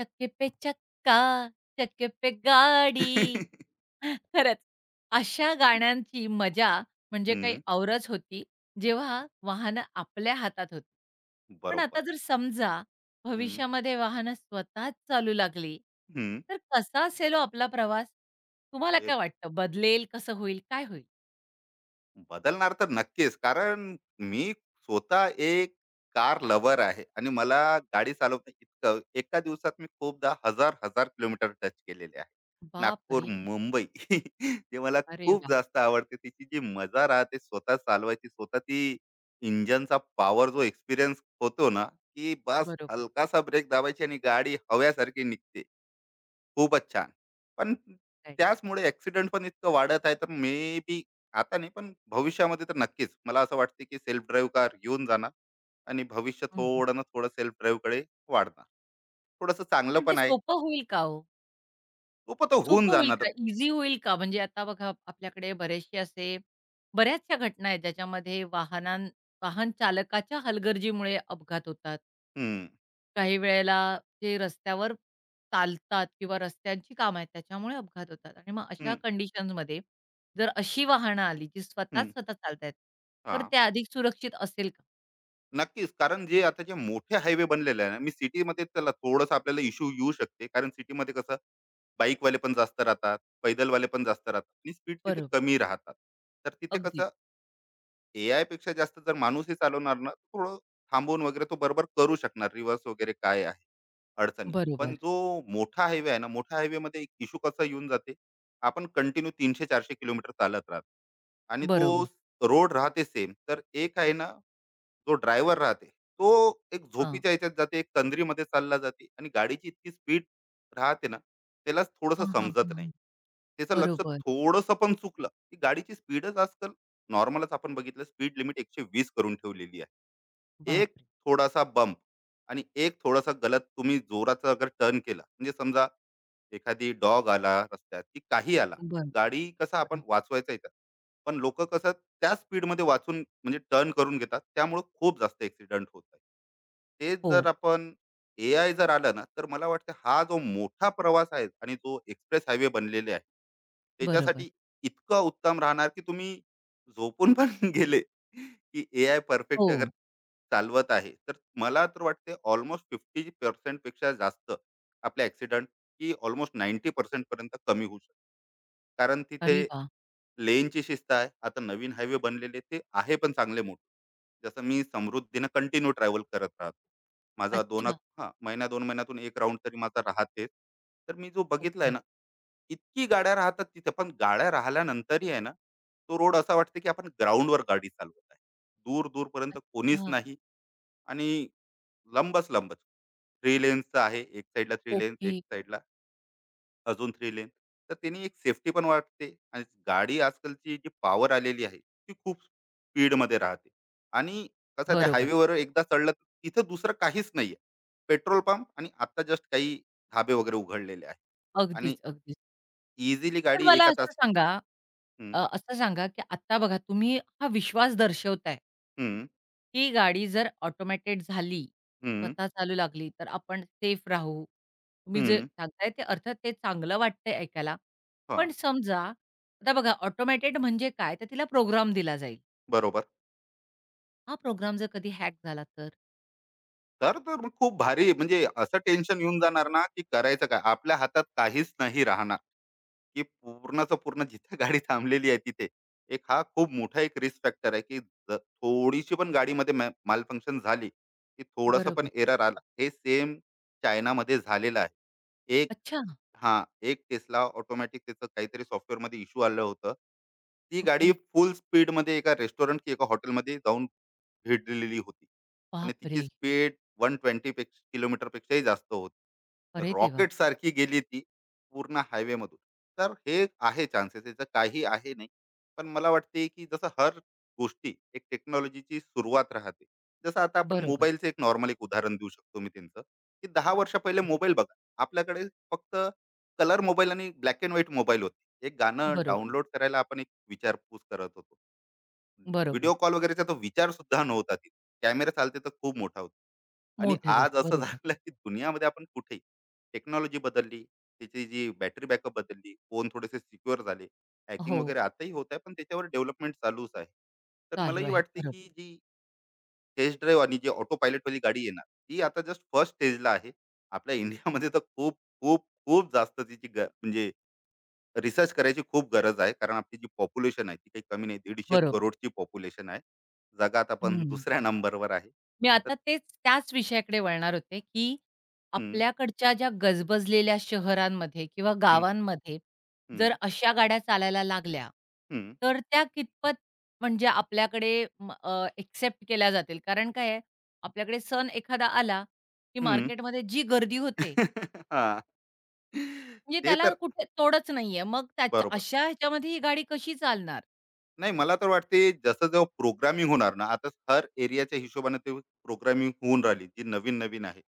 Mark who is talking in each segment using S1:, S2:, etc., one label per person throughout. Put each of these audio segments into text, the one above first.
S1: चक्के पे चक्का, चक्के पे गाडी. खरंच, अशा गाण्यांची मजा म्हणजे काही
S2: हं,
S1: औरच होती, जेव्हा वाहनं आपल्या हातात होती. पण आता
S2: बरोबर.
S1: जर समजा
S2: हं,
S1: भविष्यामध्ये वाहनं स्वतःच चालू लागली,
S2: हं.
S1: तर कसा असेल हो आपला प्रवास? तुम्हाला
S2: हे
S1: काय वाटतं बदलेल, कसं होईल, काय होईल?
S2: बदलणार तर नक्कीच. कारण मी स्वतः एक कार लवर आहे आणि मला गाडी चालवता इतकं एका दिवसात मी खूपदा हजार-हजार किलोमीटर टच केलेले आहे. नागपूर,
S1: बापरे!
S2: मुंबई जे मला
S1: अरे
S2: खूप
S1: वाह!
S2: जास्त आवडते. तिची जी मजा राहते स्वतः चालवायची, स्वतः ती इंजिनचा पॉवर जो एक्सपिरियन्स होतो ना, की बस
S1: बरोबर.
S2: हलकासा ब्रेक दाबायची आणि गाडी हव्यासारखी निघते. खूपच छान. पण
S1: राइट.
S2: त्याचमुळे ॲक्सिडेंट पण इतकं वाढत आहे, तर मे बी आता नाही, पण भविष्यामध्ये तर नक्कीच मला असं वाटते, की सेल्फ ड्राईव्ह कार येऊन जाणार आणि भविष्य
S1: हं,
S2: थोडं ना थोडं सेल्फ ड्राईव्हकडे वाढणार. थोडंसं चांगलं
S1: पण ते
S2: पण आहे.
S1: सोपं होईल का हो?
S2: तो पण तो होऊन
S1: सोपं होईल
S2: जाणार.
S1: का? ईझी होईल का? म्हणजे आता बघा आपल्याकडे बरेचसे असे बऱ्याचशा घटना आहेत ज्याच्यामध्ये वाहन चालकाच्या हलगर्जीमुळे अपघात होतात.
S2: हं,
S1: काही वेळेला जे रस्त्यावर चालतात किंवा रस्त्यांची कामं आहेत त्याच्यामुळे अपघात होतात आणि मग अशा
S2: हं,
S1: कंडिशन्समध्ये जर अशी वाहनं आली जी स्वतःच
S2: हं.
S1: स्वतः चालतायत, तर
S2: हां,
S1: ते अधिक सुरक्षित असेल का?
S2: नक्कीच. कारण जे आता जे मोठे हायवे बनलेले आहे ना, मी सिटीमध्ये त्याला थोडंसं आपल्याला इश्यू येऊ शकते. कारण सिटीमध्ये कसं बाईकवाले पण जास्त राहतात, पैदलवाले पण जास्त राहतात आणि स्पीड तिथे
S1: बरोबर.
S2: कमी राहतात. तर तिथे
S1: अगदीच.
S2: कसं एआय पेक्षा जास्त जर माणूसही चालवणार ना, थोडं थांबून वगैरे तो बरोबर करू शकणार रिव्हर्स वगैरे काय आहे, अडचणी. पण
S1: बरोबर,
S2: जो मोठा हायवे आहे ना, मोठा मोठ्या हायवेमध्ये एक इश्यू कसा येऊन जाते, आपण कंटिन्यू 300-400 किलोमीटर चालत राहतो आणि तो
S1: बरोबर.
S2: रोड राहते सेम. तर एक आहे ना, जो ड्रायव्हर राहते, तो एक
S1: हां.
S2: झोपीच्या ह्याच्यात जाते, एक तंद्रीमध्ये चालला जाते आणि गाडीची इतकी स्पीड राहते ना, त्याला थोडंसं
S1: हां, हां, हां,
S2: समजत
S1: हां.
S2: नाही. त्याचं लक्ष
S1: बरोबर.
S2: थोडंसं पण चुकलं, की गाडीची स्पीडच आजकाल नॉर्मलच आपण बघितलं स्पीड लिमिट 120 करून ठेवलेली आहे. एक
S1: बापरे!
S2: थोडासा बंप आणि एक थोडासा गलत तुम्ही जोराचा अगर टर्न केला, म्हणजे समजा एखादी डॉग आला रस्त्यात, की काही आला, तर
S1: बरं,
S2: गाडी कसं आपण
S1: बरं.
S2: वाचवायचा आहे पण लोकं कसं त्या स्पीडमध्ये वाचून म्हणजे टर्न करून घेतात. त्यामुळं खूप जास्त ॲक्सिडेंट होत आहे. तेच जर
S1: हो,
S2: आपण एआय जर आलं ना, तर मला वाटतं हा जो मोठा प्रवास आहे आणि जो एक्सप्रेस हायवे बनलेले आहे,
S1: बरोबर.
S2: त्याच्यासाठी इतकं उत्तम राहणार की तुम्ही झोपून पण गेले की एआय
S1: हो.
S2: परफेक्ट अगर चालवत आहे तर मला तर वाटते ऑलमोस्ट फिफ्टी पर्सेंट पेक्षा जास्त आपले ऍक्सिडेंट की ऑलमोस्ट नाईन्टी पर्सेंट पर्यंत कमी होऊ शकतो कारण तिथे
S1: अरे वाह!
S2: लेनची शिस्त आहे. आता नवीन हायवे बनलेले ते आहे पण चांगले मोठे. जसं मी समृद्धीनं कंटिन्यू ट्रॅव्हल करत राहतो. माझा 2 क
S1: अच्छा.
S2: हां, महिना 2 महिन्यातून 1 राउंड तरी माझा राहतेच. तर मी जो बघितलाय
S1: ओके.
S2: ना, इतकी गाड्या राहतात तिथे. पण गाड्या राहिल्यानंतरही आहे ना, तो रोड असा वाटते की आपण ग्राउंडवर गाडी चालवत आहे. दूर-दूरपर्यंत कोणीच
S1: अच्छा.
S2: नाही आणि लंबच-लंबच. 3 लेन्सचा आहे. एक साइडला 3 लेन्स,
S1: ओके.
S2: एक साइडला अजून थ्री लेन तर त्यांनी एक सेफ्टी पण वाटते आणि गाडी आजकालची जी पॉवर आलेली आहे ती खूप स्पीड मध्ये राहते आणि कसं त्या
S1: बरोबर.
S2: हायवेवर एकदा चढलं तर तिथं दुसरं काहीच नाहीये पेट्रोल पंप आणि आता जस्ट काही धाबे वगैरे उघडलेले आहे आणि
S1: अगदीच, अगदीच.
S2: इझिली
S1: पण
S2: गाडी
S1: मला
S2: एका तास
S1: असं सांगा.
S2: हम्म,
S1: असं सांगा, की आता बघा तुम्ही हा विश्वास दर्शवताय,
S2: हम्म,
S1: की गाडी जर ऑटोमॅटेड झाली,
S2: हम्म,
S1: स्वतः चालू लागली, तर आपण सेफ राहू. तुम्ही जे
S2: हम्म,
S1: सांगताय ते अर्थात ते चांगलं वाटतंय ऐकायला.
S2: हा
S1: पण समजा आता बघा ऑटोमॅटेड म्हणजे काय? तर तिला प्रोग्राम दिला जाईल.
S2: बरोबर
S1: हा प्रोग्राम जर कधी हॅक झाला तर?
S2: तर तर मग खूप भारी म्हणजे असं टेन्शन येऊन जाणार ना की करायचं काय आपल्या हातात काहीच नाही राहणार की पूर्णच्या पूर्ण जिथे गाडी थांबलेली आहे तिथे एक हा खूप मोठा एक रिस्क फॅक्टर आहे की थोडीशी पण गाडीमध्ये माल फंक्शन झाली की थोडासा पण
S1: बरोबर.
S2: एरर आला हे सेम चायनामध्ये झालेलं आहे एक
S1: अच्छा.
S2: हा एक टेस्ला ऑटोमॅटिक त्याचं काहीतरी सॉफ्टवेअरमध्ये इश्यू आलं होतं ती गाडी
S1: ओके.
S2: फुल स्पीडमध्ये एका रेस्टॉरंट की एका हॉटेलमध्ये जाऊन भेट दिलेली होती आणि तिची
S1: बापरे!
S2: स्पीड 120 पेक्षा किलोमीटरपेक्षाही जास्त होती.
S1: अरे देवा!
S2: रॉकेट सारखी गेली ती पूर्ण हायवेमधून. तर हे आहे चान्सेस याचं काही आहे नाही. पण मला वाटते, की जसं हर गोष्टी एक टेक्नॉलॉजीची सुरुवात राहते. जसं आता आपण हं.
S1: बरोबर.
S2: मोबाईलचं एक नॉर्मल एक उदाहरण देऊ शकतो मी त्यांचं, की 10 वर्ष पहिले मोबाईल बघा. आपल्याकडे फक्त कलर मोबाईल आणि ब्लॅक एंड व्हाईट मोबाईल होते. एक गाणं हो.
S1: बरोबर,
S2: डाउनलोड करायला आपण एक विचारपूस करत होतो.
S1: बरोबर.
S2: व्हिडिओ कॉल वगैरेचा तो विचार सुद्धा नव्हता तिथे. कॅमेरा चालते तर खूप मोठा होता. आणि
S1: मोठी गोष्ट.
S2: आज असं
S1: बरोबर.
S2: झालं की दुनियामध्ये आपण कुठेही टेक्नॉलॉजी बदलली, त्याची जी बॅटरी बॅकअप बदलली, फोन थोडेसे सिक्युअर झाले. हॅकिंग
S1: हो,
S2: वगैरे आताही होत आहे, पण त्याच्यावर डेव्हलपमेंट चालूच आहे. तर
S1: चालू
S2: मलाही
S1: आहे.
S2: वाटते
S1: बरोबर,
S2: की जी टेस्ट ड्राईव्ह आणि जी ऑटो पायलटवाली गाडी येणार, ती आता जस्ट फर्स्ट स्टेजला आहे. आपल्या इंडियामध्ये तर खूप, खूप, खूप जास्त तिची म्हणजे रिसर्च करायची खूप गरज आहे कारण आपली जी पॉप्युलेशन आहे ती काही कमी नाही 150
S1: बरोबर.
S2: करोडची पॉप्युलेशन आहे. जगात आपण
S1: हं.
S2: दुसऱ्या नंबरवर आहे.
S1: मी
S2: तर
S1: आता तेच त्याच विषयाकडे वळणार होते, की
S2: हं,
S1: आपल्याकडच्या ज्या गजबजलेल्या शहरांमध्ये किंवा
S2: हं,
S1: गावांमध्ये जर
S2: हं,
S1: अशा गाड्या चालायला लागल्या,
S2: हं,
S1: तर त्या कितपत म्हणजे आपल्याकडे एक्सेप्ट केल्या जातील? कारण काय आहे, आपल्याकडे सण एखादा आला, की
S2: हं.
S1: मार्केटमध्ये जी गर्दी होते
S2: हां.
S1: म्हणजे
S2: ते
S1: त्याला
S2: तर
S1: कुठे तोडच नाहीये. मग त्याच्या
S2: बरोबर.
S1: अशा ह्याच्यामध्ये ही गाडी कशी चालणार?
S2: नाही मला तर वाटते जसं जेव्हा प्रोग्रामिंग होणार ना आता हर एरियाच्या हिशोबाने ते प्रोग्रामिंग होऊन राहिली जी नवीन नवीन आहे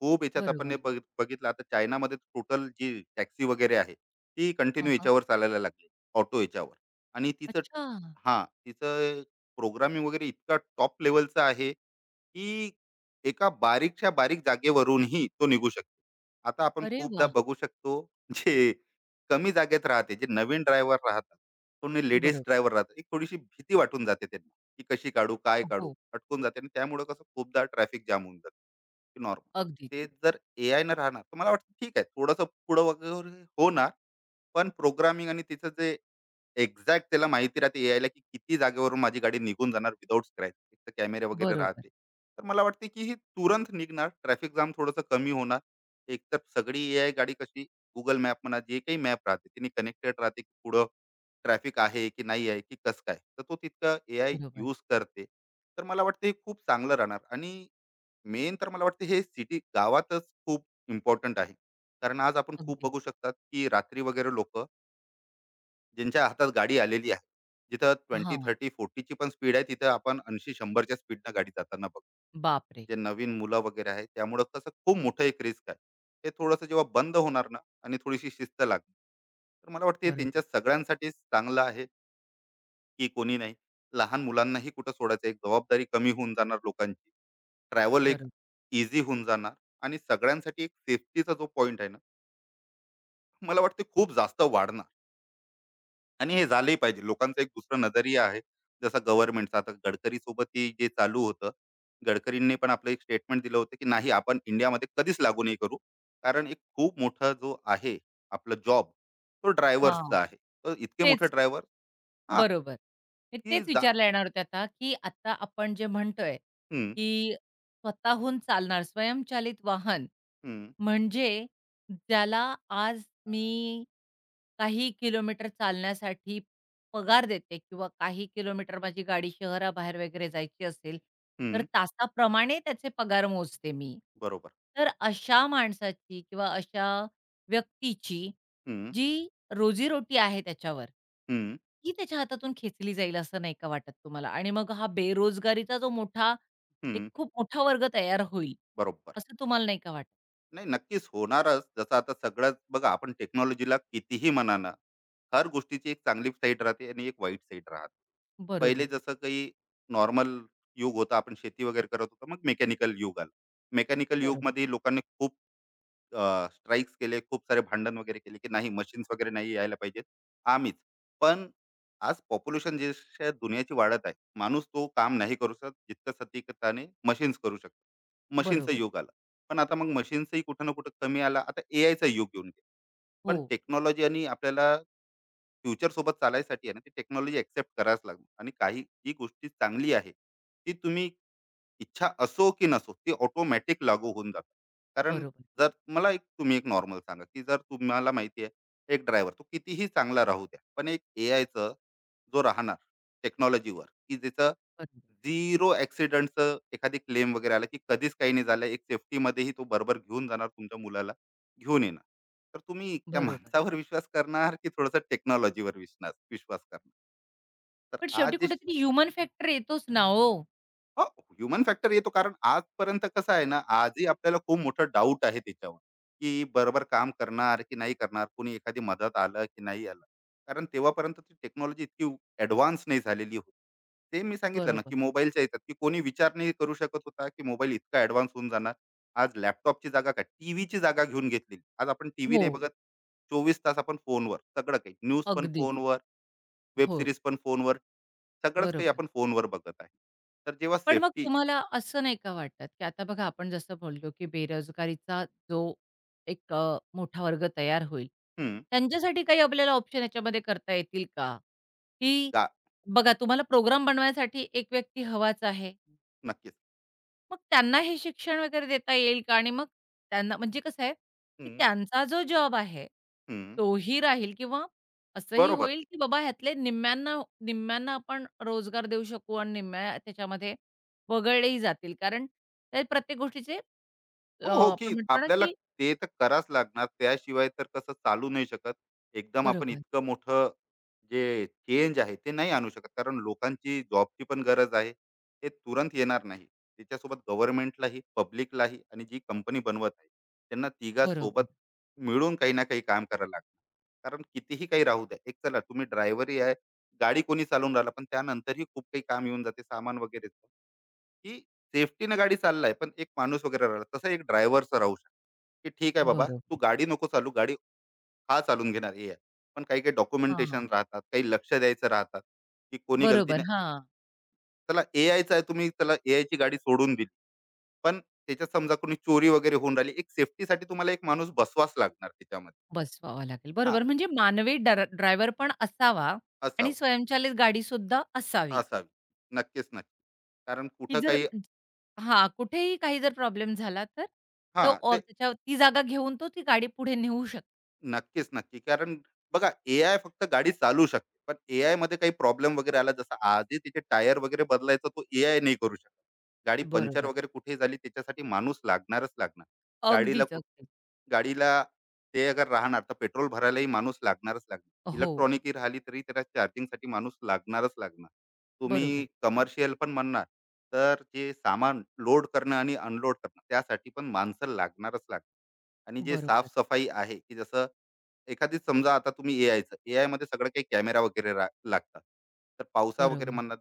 S2: खूप याच्यात आपण हे
S1: बरोबर.
S2: हम्म, बघितलं आता चायनामध्ये टोटल जी टॅक्सी वगैरे आहे ती
S1: हां,
S2: कंटिन्यू
S1: हां.
S2: याच्यावर चालायला लागली ऑटो याच्यावर आणि तिचं
S1: अच्छा.
S2: हां तिचं प्रोग्रामिंग वगैरे इतका टॉप लेवलचं आहे की एका बारीकच्या बारीक जागेवरूनही तो निघू शकतो आता आपण
S1: अरे
S2: खूपदा
S1: वाह!
S2: बघू शकतो जे कमी जागेत राहते जे नवीन ड्रायव्हर राहतात कोणी लेडीज
S1: बरोबर.
S2: ड्रायव्हर राहतात. एक थोडीशी भीती वाटून जाते त्यांना, की कशी काढू, काय काढू?
S1: हो.
S2: अटकून जाते आणि त्यामुळे कसं खूपदा ट्रॅफिक जाम होऊन जाते नॉर्मल.
S1: अगदी.
S2: ते जर एआयनं राहणार, तर मला वाटतं ठीक आहे. थोडंसं पुढं वगैरे होणार, पण प्रोग्रामिंग आणि तिचं जे एक्झॅक्ट त्याला माहिती राहते एआयला, की किती जागेवरून माझी गाडी निघून जाणार विथआऊट स्क्रॅच. एक तर कॅमेरे वगैरे
S1: बरोबर,
S2: राहते. तर मला वाटते, की ही तुरंत निघणार. ट्रॅफिक जाम थोडंसं कमी होणार. एक तर सगळी एआय गाडी कशी Google मॅप म्हणा, जे काही मॅप राहते, तिने कनेक्टेड राहते, की पुढं ट्रॅफिक आहे की नाही आहे, की कसं काय? तर तो तितकं एआय
S1: बरोबर.
S2: यूज करते. तर मला वाटतं हे खूप चांगलं राहणार आणि मेन तर मला वाटतं हे सिटी गावातच खूप इम्पोर्टंट आहे. कारण आज आपण खूप
S1: अगदीच.
S2: बघू शकतात, की रात्री वगैरे लोकं ज्यांच्या हातात गाडी आलेली आहे. जिथं 20, 30,
S1: हां.
S2: 40ची पण स्पीड आहे तिथं आपण 80, 100च्या स्पीडनं गाडी जाताना बघतो.
S1: बापरे!
S2: जे नवीन मुलं वगैरे आहे त्यामुळं कसं खूप मोठं एक रिस्क आहे. ते थोडंसं जेव्हा बंद होणार ना आणि थोडीशी शिस्त लागणार. तर मला वाटते हे त्यांच्या
S1: बरोबर,
S2: सगळ्यांसाठीच चांगलं आहे, की कोणी नाही. लहान मुलांनाही कुठं सोडायचं एक जबाबदारी कमी होऊन जाणार लोकांची. ट्रॅव्हल एक
S1: बरोबर.
S2: ईझी होऊन जाणार आणि सगळ्यांसाठी एक सेफ्टीचा जो पॉइंट आहे ना, मला वाटते खूप जास्त वाढणार. आणि हे झालंही पाहिजे. लोकांचा एक दुसरा नजरिया आहे. जसं गव्हर्नमेंटचा आता गडकरी सोबत जे चालू होतं. गडकरींनी पण आपलं एक स्टेटमेंट दिलं होतं, की नाही आपण इंडियामध्ये कधीच लागू नाही करू. कारण एक खूप मोठा जो आहे आपला जॉब तो
S1: हां.
S2: ड्रायव्हर्सचा आहे. तर इतके मोठे
S1: तेच
S2: ड्रायव्हर हां,
S1: बरोबर. मी
S2: की
S1: तेच
S2: जा
S1: विचारायला येणार होते आता, की आता आपण जे म्हणतोय,
S2: हं,
S1: की स्वतःहून चालणार स्वयंचलित वाहन,
S2: हं,
S1: म्हणजे ज्याला आज मी काही किलोमीटर चालण्यासाठी पगार देते किंवा काही किलोमीटर माझी गाडी शहराबाहेर वगैरे जायची असेल, तर
S2: हं.
S1: तासाप्रमाणे त्याचे पगार मोजते मी.
S2: बरोबर.
S1: तर अशा माणसाची किंवा अशा व्यक्तीची
S2: हं,
S1: जी रोजीरोटी आहे त्याच्यावर,
S2: हं,
S1: ती त्याच्या हातातून खेचली जाईल असं नाही का वाटत तुम्हाला? आणि मग हा बेरोजगारीचा जो मोठा एक
S2: हं.
S1: खूप मोठा वर्ग तयार होईल,
S2: बरोबर.
S1: असं तुम्हाला नाही का वाटत?
S2: नाही नक्कीच होणारच जसं आता सगळंच बघा आपण टेक्नॉलॉजीला कितीही म्हणा ना हर गोष्टीची एक चांगली साईड राहते आणि एक वाईट साईड राहते पहिले
S1: बरोबर,
S2: जसं काही नॉर्मल युग होता आपण शेती वगैरे करत होतो मग मेकॅनिकल युग आलं मेकॅनिकल
S1: बरोबर,
S2: युगमध्ये लोकांनी खूप स्ट्राईक्स केले खूप सारे भांडण वगैरे केले की नाही मशीन्स वगैरे नाही यायला पाहिजेत आम्हीच पण आज पॉप्युलेशन जशा दुनियाची वाढत आहे माणूस तो काम नाही करू शकत जितकं सटीकताने मशीन्स करू शकतात मशीनचा
S1: बरोबर.
S2: युग आला पण आता मग मशीनचाही कुठं ना कुठं कमी आला आता ए चा युग येऊन गेला
S1: हो,
S2: पण टेक्नॉलॉजी आणि आपल्याला फ्युचर सोबत चालायसाठी आहे ना ती टेक्नॉलॉजी ऍक्सेप्ट करायच लागणार आणि काही जी गोष्टी चांगली आहे ती तुम्ही इच्छा असो की नसो, ती ऑटोमॅटिक लागू होऊन जातात. कारण
S1: बरोबर,
S2: जर मला एक तुम्ही एक नॉर्मल सांगा, की जर तुम्हाला माहिती आहे एक ड्रायव्हर तो कितीही चांगला राहू द्या, पण एक एआयचं जो राहणार टेक्नॉलॉजीवर, की ज्याचं
S1: बरोबर,
S2: झिरो ॲक्सिडेंटचं एखादी क्लेम वगैरे आला, की कधीच काही नाही झालं. एक सेफ्टीमध्येही तो बरोबर घेऊन जाणार तुमच्या मुलाला, घेऊन येणार. तर तुम्ही त्या
S1: बरोबर.
S2: माणसावर विश्वास करणार, की थोडंसं टेक्नॉलॉजीवर विश्वास विश्वास करणार? तर
S1: पण शेवटी
S2: आज जे
S1: कुठेतरी ह्युमन फॅक्टर येतोच ना हो.
S2: हो, ह्युमन फॅक्टर येतो कारण आजपर्यंत कसं आहे ना, आजही आपल्याला खूप मोठं डाऊट आहे त्याच्यावर, की बरोबर काम करणार की नाही करणार? कोणी एखादी मदत आलं की नाही आलं? कारण तेव्हापर्यंत ती टेक्नॉलॉजी इतकी ॲडव्हान्स नाही झालेली होती. ते मी सांगितलं ना, की
S1: बरोबर.
S2: मोबाईलच्या ह्याच्यात की कोणी विचार नाही करू शकत होता, की मोबाईल इतका ॲडव्हान्स होऊन जाणार. आज लॅपटॉपची जागा काय, टीव्हीची जागा घेऊन घेतलेली. आज आपण टीव्ही
S1: हो,
S2: नाही बघत. 24 तास आपण फोनवर, सगळं काही. न्यूज पण
S1: अगदीच.
S2: फोनवर, वेब
S1: हो,
S2: सीरीज पण फोनवर, सगळंच काही
S1: बरोबर.
S2: आपण फोनवर बघत आहे. तर जेव्हा
S1: पण मग
S2: सेफ्टी
S1: तुम्हाला असं नाही का वाटत, की आता बघा आपण जसं बोललो, की बेरोजगारीचा जो एक मोठा वर्ग तयार होईल,
S2: हं,
S1: त्यांच्यासाठी काही आपल्याला ऑप्शन याच्यामध्ये करता येतील का? की
S2: गा
S1: बघा तुम्हाला प्रोग्राम बनवायसाठी एक व्यक्ती हवाच आहे.
S2: नक्कीच.
S1: मग त्यांना हे शिक्षण वगैरे देता येईल का? आणि मग त्यांना म्हणजे कसं आहे, की
S2: हं,
S1: त्यांचा जो जॉब आहे,
S2: हं.
S1: तोही राहील किंवा असंही
S2: बरोबर.
S1: होईल, की बाबा ह्यातले निम्म्यांना निम्म्यांना आपण रोजगार देऊ शकू आणि निम्म्या त्याच्यामध्ये वगळलेही जातील. कारण ते प्रत्येक गोष्टीचे
S2: हो, हो,
S1: आपण
S2: की
S1: म्हणतो ना,
S2: आपल्याला
S1: की
S2: ते तर करावंच लागणार. त्याशिवाय तर कसं चालू नाही शकत. एकदम आपण
S1: बरोबर,
S2: इतकं मोठं जे चेंज आहे, ते नाही आणू शकत. कारण लोकांची जॉबची पण गरज आहे. ते तुरंत येणार नाही. त्याच्यासोबत गव्हर्नमेंटलाही, पब्लिकलाही आणि जी कंपनी बनवत आहे, त्यांना तिघा सोबत
S1: बरोबर,
S2: मिळून काही ना काही काम करायला लागणार. कारण कितीही काही राहू द्या. एक चला तुम्ही ड्रायव्हरही आहे, गाडी कोणी चालवून राहिला, पण त्यानंतरही खूप काही काम येऊन जाते, सामान वगैरे. की सेफ्टीने गाडी चाललाय पण एक माणूस वगैरे राहिला तसं एक ड्रायव्हरचं राहू शकतो की ठीक आहे बाबा तू
S1: बरोबर.
S2: गाडी नको चालू गाडी हा चालून घेणार ए आय पण काही काही
S1: हां,
S2: डॉक्युमेंटेशन राहतात काही लक्ष द्यायचं राहतात की कोणी
S1: बरोबर.
S2: गलतीने
S1: हां,
S2: त्याला ए आयचं आहे तुम्ही त्याला ए आयची गाडी सोडून दिली पण त्याच्यात समजा कोणी चोरी वगैरे होऊन राहिली एक सेफ्टीसाठी तुम्हाला एक माणूस बसवाच लागणार त्याच्यामध्ये
S1: बसवावा लागेल.
S2: हा
S1: बरोबर. म्हणजे मानवी ड्रायव्हर पण असावा आणि
S2: असावं
S1: स्वयंचलित गाडीसुद्धा असावी,
S2: असावी नक्कीच नक्की कारण
S1: की
S2: कुठं
S1: जर
S2: काही
S1: हां, कुठेही काही जर प्रॉब्लेम झाला तर
S2: हा
S1: तो
S2: ते
S1: त्याच्या ती जागा घेऊन तो ती गाडी पुढे नेऊ शकतो.
S2: नक्कीच, नक्की. कारण बघा एआय फक्त गाडी चालवू शकते. पण एआयमध्ये काही प्रॉब्लेम वगैरे आला जसं आधी तिचे टायर वगैरे बदलायचा तो एआय नाही करू शकत. गाडी
S1: बरोबर
S2: पंक्चर
S1: आहे.
S2: वगैरे कुठेही झाली त्याच्यासाठी माणूस लागणारच लागणार. गाडीला
S1: अगदीच, अगदीच.
S2: गाडीला ते अगर राहणार तर पेट्रोल भरायलाही माणूस लागणारच लागणार.
S1: हो,
S2: इलेक्ट्रॉनिक राहिली तरी त्याला चार्जिंगसाठी माणूस लागणारच लागणार. तुम्ही
S1: बरोबर आहे.
S2: कमर्शियल पण म्हणणार, तर जे सामान लोड करणं आणि अनलोड करणं त्यासाठी पण माणसं लागणारच लागणार. आणि जे
S1: बरोबर,
S2: साफ आहे, की जसं एखादी समजा आता तुम्ही एआयचं एआयमध्ये सगळं काही कॅमेरा वगैरे रा लागतात. तर पावसा वगैरे
S1: बरोबर.
S2: म्हणा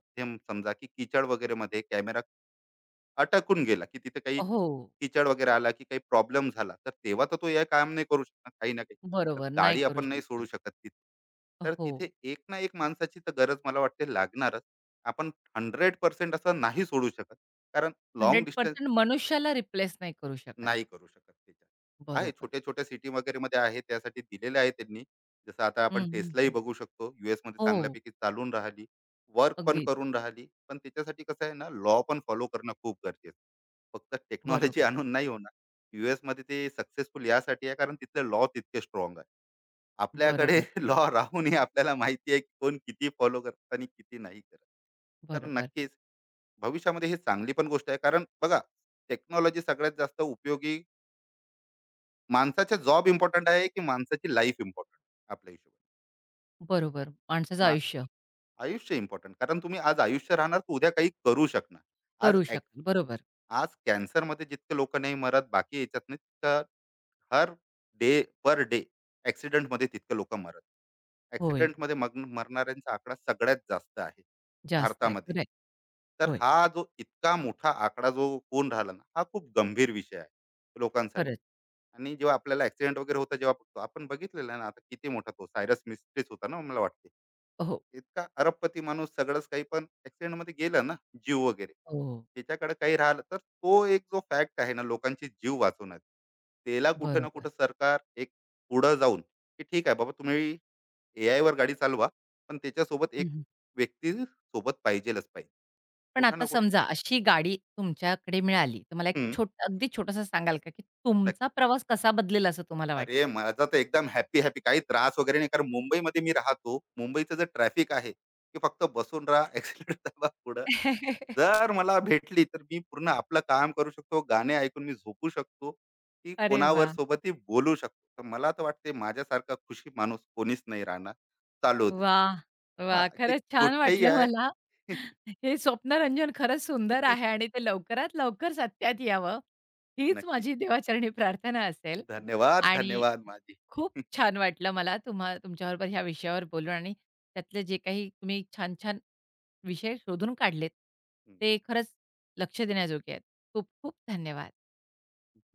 S2: समजा की कीचड वगैरेमध्ये कॅमेरा अटकून गेला, की तिथे काही
S1: हो,
S2: कीचड वगैरे आला, की काही प्रॉब्लेम झाला, तर तेव्हा तर तो हे काम नाही करू शकणार काही ना काही. तर
S1: बरोबर. नाही
S2: गाडी
S1: करू
S2: आपण नाही सोडू
S1: शकणार.
S2: शकत तिथे. तर
S1: हो.
S2: तिथे एक ना एक माणसाची तर गरज मला वाटते लागणारच. आपण 100% असं नाही सोडू शकत. कारण लाँग
S1: 100% मनुष्याला रिप्लेस नाही करू शकत.
S2: नाही करू शकत त्याच्यात. आहे
S1: बरोबर.
S2: छोट्या छोट्या सिटी वगैरे मध्ये आहे त्यासाठी दिलेले आहे त्यांनी. जसं आता
S1: हं,
S2: आपण
S1: हं,
S2: टेस्लाही
S1: हं.
S2: बघू शकतो. यूएसमध्ये
S1: हो,
S2: चांगल्यापैकी चालून राहिली. वर्क पण
S1: अगदीच.
S2: करून राहिली. पण त्याच्यासाठी कसं आहे ना लॉ पण फॉलो करणं खूप गरजेचं आहे. फक्त टेक्नॉलॉजी
S1: बरोबर,
S2: आणून नाही होणार. यूएसमध्ये ते सक्सेसफुल यासाठी आहे कारण तिथले लॉ तितके स्ट्राँग आहे. आपल्याकडे
S1: बरोबर,
S2: लॉ राहूनही आपल्याला माहिती आहे की कोण किती फॉलो करतं आणि किती नाही करत. तर
S1: बरोबर,
S2: नक्कीच भविष्यामध्ये ही चांगली पण गोष्ट आहे. कारण बघा टेक्नॉलॉजी सगळ्यात जास्त उपयोगी माणसाचा जॉब इम्पोर्टंट आहे की माणसाची लाईफ इम्पॉर्टंट आपल्या हिशोबाने
S1: बरोबर. माणसाचं
S2: मा-
S1: आयुष्य
S2: आयुष्य इम्पॉर्टंट कारण तुम्ही आज आयुष्य राहणार तर उद्या काही करू शकणार आज
S1: करू
S2: ऍक-
S1: शकतो. बरोबर.
S2: आज कॅन्सरमध्ये जितके लोक नाही मरत बाकी याच्यात नाही तितकं हर डे पर डे ऍक्सिडेंटमध्ये तितके लोक मरत
S1: होय,
S2: ॲक्सिडेंटमध्ये मग मरणाऱ्यांचा आकडा सगळ्यात जास्त आहे
S1: जास्त आहे.
S2: भारतामध्ये.
S1: खरं आहे.
S2: तर
S1: होय,
S2: हा जो इतका मोठा आकडा जो होऊन राहिला ना, हा खूप गंभीर विषय आहे लोकांसाठी.
S1: खरंच.
S2: आणि जेव्हा आपल्याला ॲक्सिडेंट वगैरे होतं जेव्हा बघतो आपण बघितलेलं आहे ना आता किती मोठा तो सायरस मिस्ट्रीच होता ना मला वाटते.
S1: हो,
S2: इतका अरबपती माणूस सगळंच काही पण ॲक्सिडेंटमध्ये गेलं ना जीव वगैरे.
S1: हो,
S2: त्याच्याकडे काही राहिलं तर तो एक जो फॅक्ट आहे ना लोकांची जीव वाचवण्याचा. त्याला कुठे ना
S1: बरोबर.
S2: कुठे सरकार एक पुढं जाऊन, की ठीक आहे बाबा तुम्ही AI वर गाडी चालवा, पण त्याच्यासोबत
S1: हं,
S2: एक
S1: हं.
S2: व्यक्ती सोबत पाहिजेलच पाहिजे.
S1: पण
S2: कुठं ना
S1: आता
S2: कुठं
S1: समजा अशी गाडी तुमच्याकडे मिळाली, तर मला एक
S2: हं,
S1: अगदी छोटंसं सांगाल का, की
S2: नक्की.
S1: तुमचा प्रवास कसा बदलेल असं तुम्हाला
S2: अरे,
S1: वाटतं?
S2: माझा तर एकदम हॅपी, हॅपी काही त्रास वगैरे नाही. कारण मुंबईमध्ये मी राहतो. मुंबईचं जे ट्रॅफिक आहे, ते फक्त बसून राहा, ॲक्सिलेटर दाबा पुढं. जर मला भेटली, तर मी पूर्ण आपलं काम करू शकतो. गाणे ऐकून मी झोपू शकतो, की
S1: अरे
S2: कोणावर
S1: वाह!
S2: सोबतही बोलू शकतो. तर मला तर वाटते माझ्यासारखा खुशी माणूस कोणीच नाही राहणार. चालू दे.
S1: वाह!
S2: हां,
S1: वाह!
S2: की
S1: खरंच छान
S2: कुठेही
S1: वाटलं
S2: आहे.
S1: मला. हे स्वप्नरंजन खरंच सुंदर आहे आणि ते लवकरात लवकर सत्यात यावं, हीच
S2: नक्की.
S1: माझी देवाचरणी प्रार्थना असेल
S2: धन्यवाद,
S1: आणि
S2: धन्यवाद माझी.
S1: खूप छान वाटलं मला तुम्हा तुमच्याबरोबर ह्या विषयावर बोलून आणि त्यातले जे काही तुम्ही छान, छान विषय शोधून काढलेत, ते खरंच लक्ष देण्याजोगे आहेत. खूप खूप धन्यवाद.